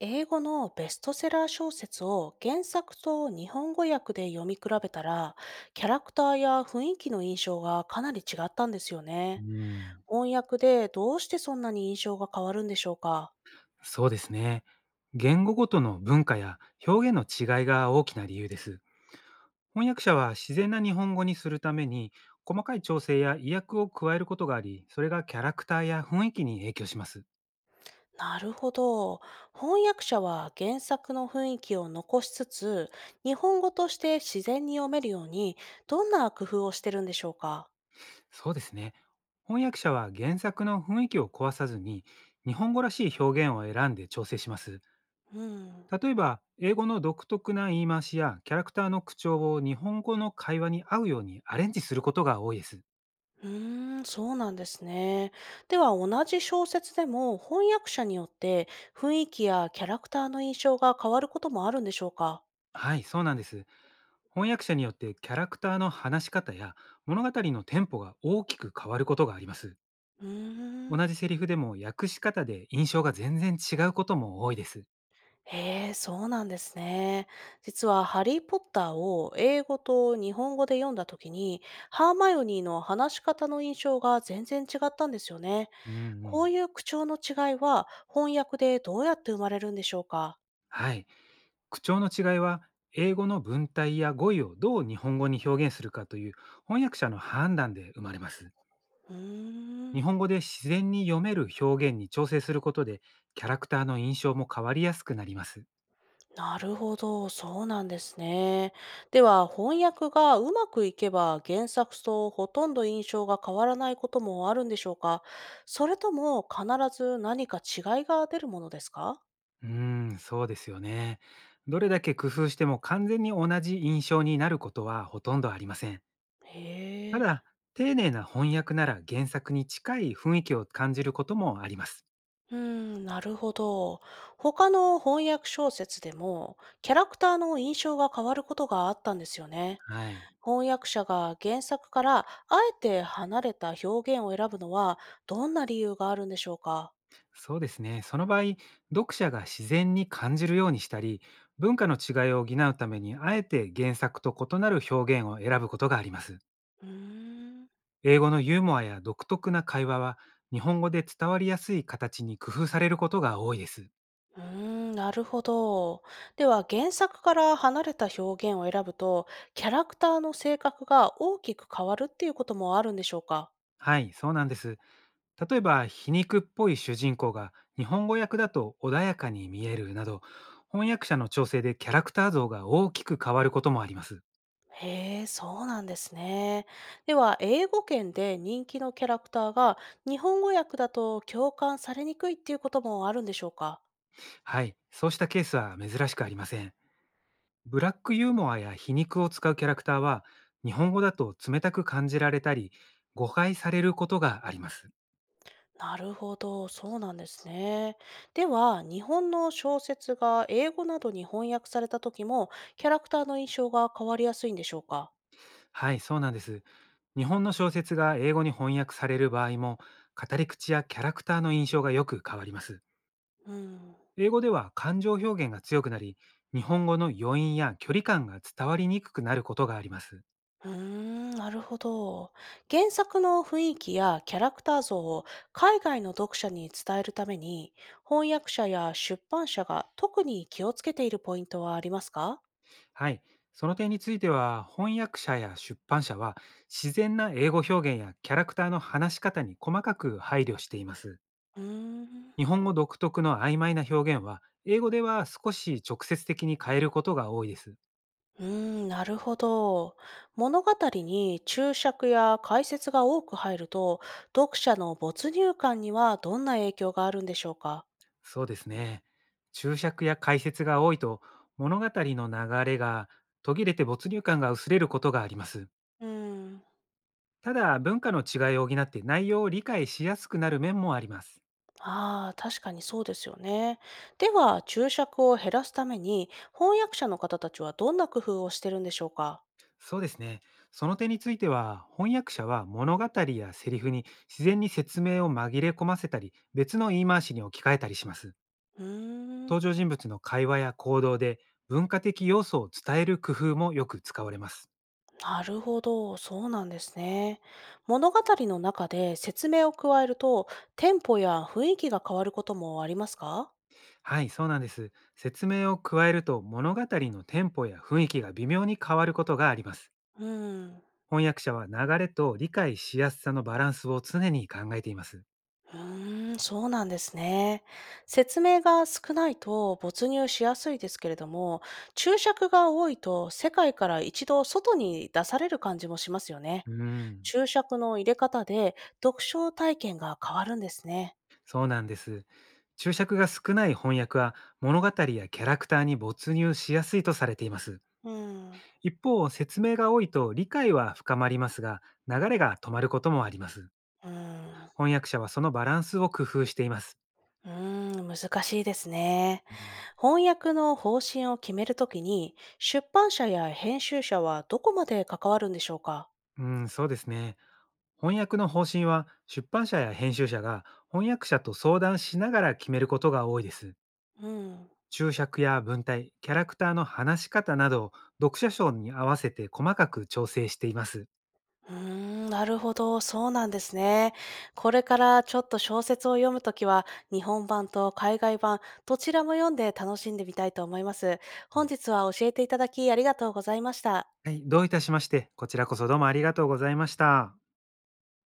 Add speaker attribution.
Speaker 1: 英語のベストセラー小説を原作と日本語訳で読み比べたら、キャラクターや雰囲気の印象がかなり違ったんですよ
Speaker 2: う
Speaker 1: ね。
Speaker 2: ーん、
Speaker 1: 翻訳でどうしてそんなに印象が変わるんでしょうか？
Speaker 2: そうですね。言語ごとの文化や表現の違いが大きな理由です。翻訳者は自然な日本語にするために、細かい調整や意訳を加えることがあり、それがキャラクターや雰囲気に影響します。
Speaker 1: なるほど。翻訳者は原作の雰囲気を残しつつ、日本語として自然に読めるように、どんな工夫をしてるんでしょうか？
Speaker 2: そうですね。翻訳者は原作の雰囲気を壊さずに、日本語らしい表現を選んで調整します。
Speaker 1: うん。
Speaker 2: 例えば、英語の独特な言い回しやキャラクターの口調を日本語の会話に合うようにアレンジすることが多いです。
Speaker 1: そうなんですね。では、同じ小説でも翻訳者によって雰囲気やキャラクターの印象が変わることもあるんでしょうか？
Speaker 2: はい、そうなんです。翻訳者によってキャラクターの話し方や物語のテンポが大きく変わることがあります。
Speaker 1: うーん。
Speaker 2: 同じセリフでも訳し方で印象が全然違うことも多いです。
Speaker 1: へえ、そうなんですね。実はハリー・ポッターを英語と日本語で読んだ時に、ハーマイオニーの話し方の印象が全然違ったんですよね。
Speaker 2: うんう
Speaker 1: こう
Speaker 2: ん。
Speaker 1: いう口調の違いは翻訳でどうやって生まれるんでしょうか？
Speaker 2: はい。口調の違いは、英語の文体や語彙をどう日本語に表現するかという翻訳者の判断で生まれます。
Speaker 1: うー
Speaker 2: 日
Speaker 1: ん。
Speaker 2: 本語で自然に読める表現に調整することで、キャラクターの印象も変わりやすくなります。
Speaker 1: なるほど、そうなんですね。では、翻訳がうまくいけば原作とほとんど印象が変わらないこともあるんでしょうか？それとも必ず何か違いが出るものですか？
Speaker 2: うーん、そうですよね。どれだけ工夫しても完全に同じ印象になることはほとんどありません。
Speaker 1: へ
Speaker 2: た
Speaker 1: え。
Speaker 2: だ、丁寧な翻訳なら原作に近い雰囲気を感じることもあります。
Speaker 1: うん、なるほど。他の翻訳小説でもキャラクターの印象が変わることがあったんですよね。
Speaker 2: はい。
Speaker 1: 翻訳者が原作からあえて離れた表現を選ぶのはどんな理由があるんでしょうか？
Speaker 2: そうですね。その場合、読者が自然に感じるようにしたり、文化の違いを補うために、あえて原作と異なる表現を選ぶことがあります。
Speaker 1: うーん
Speaker 2: 英語のユーモアや独特な会話は、日本語で伝わりやすい形に工夫されることが多いです。
Speaker 1: うーなるほど。では、原作から離れた表現を選ぶと、キャラクターの性格が大きく変わるっていうこともあるんでしょうか？
Speaker 2: はい、そうなんです。例えば、皮肉っぽい主人公が日本語訳だと穏やかに見えるなど、翻訳者の調整でキャラクター像が大きく変わることもあります。
Speaker 1: へえ、そうなんですね。では、英語圏で人気のキャラクターが日本語訳だと共感されにくいっていうこともあるんでしょうか？
Speaker 2: はい、そうしたケースは珍しくありません。ブラックユーモアや皮肉を使うキャラクターは、日本語だと冷たく感じられたり、誤解されることがあります。
Speaker 1: なるほど、そうなんですね。では、日本の小説が英語などに翻訳された時も、キャラクターの印象が変わりやすいんでしょうか？
Speaker 2: はい、そうなんです。日本の小説が英語に翻訳される場合も、語り口やキャラクターの印象がよく変わります。
Speaker 1: うん。
Speaker 2: 英語では感情表現が強くなり、日本語の余韻や距離感が伝わりにくくなることがあります。
Speaker 1: なるほど。原作の雰囲気やキャラクター像を海外の読者に伝えるために、翻訳者や出版社が特に気をつけているポイントはありますか？
Speaker 2: はい。その点については、翻訳者や出版社は、自然な英語表現やキャラクターの話し方に細かく配慮しています。
Speaker 1: うーん、
Speaker 2: 日本語独特の曖昧な表現は、英語では少し直接的に変えることが多いです。
Speaker 1: なるほど。物語に注釈や解説が多く入ると、読者の没入感にはどんな影響があるんでしょうか？
Speaker 2: そうですね。注釈や解説が多いと、物語の流れが途切れて没入感が薄れることがあります。
Speaker 1: うーん。
Speaker 2: ただ、文化の違いを補って内容を理解しやすくなる面もあります。
Speaker 1: ああ、確かにそうですよね。では、注釈を減らすために、翻訳者の方たちはどんな工夫をしてるんでしょうか？
Speaker 2: そうですね。その点については、翻訳者は物語やセリフに自然に説明を紛れ込ませたり、別の言い回しに置き換えたりします。
Speaker 1: うーん、
Speaker 2: 登場人物の会話や行動で文化的要素を伝える工夫もよく使われます。
Speaker 1: なるほど、そうなんですね。物語の中で説明を加えると、テンポや雰囲気が変わることもありますか？
Speaker 2: はい、そうなんです。説明を加えると、物語のテンポや雰囲気が微妙に変わることがあります。
Speaker 1: うん。
Speaker 2: 翻訳者は流れと理解しやすさのバランスを常に考えています。
Speaker 1: そうなんですね。説明が少ないと没入しやすいですけれども、注釈が多いと世界から一度外に出される感じもしますよね。
Speaker 2: うん。
Speaker 1: 注釈の入れ方で読書体験が変わるんですね。
Speaker 2: そうなんです。注釈が少ない翻訳は、物語やキャラクターに没入しやすいとされています。
Speaker 1: うん、う
Speaker 2: 一方、説明が多いと理解は深まりますが、流れが止まることもあります。
Speaker 1: ん、
Speaker 2: 翻訳者はそのバランスを工夫しています。
Speaker 1: うん、難しいですね。
Speaker 2: う
Speaker 1: 翻訳の方針を決めるときに、出版社や編集者はどこまで関わるんでしょうか？
Speaker 2: ん、うん、そうですね。翻訳の方針は、出版社や編集者が翻訳者と相談しながら決めることが多いです。
Speaker 1: うん。
Speaker 2: 注釈や文体、キャラクターの話し方など、読者賞に合わせて細かく調整しています。
Speaker 1: なるほど、そうなんですね。これからちょっと小説を読むときは、日本版と海外版、どちらも読んで楽しんでみたいと思います。本日は教えていただきありがとうございました。
Speaker 2: はい、どういたしまして、こちらこそどうもありがとうございました。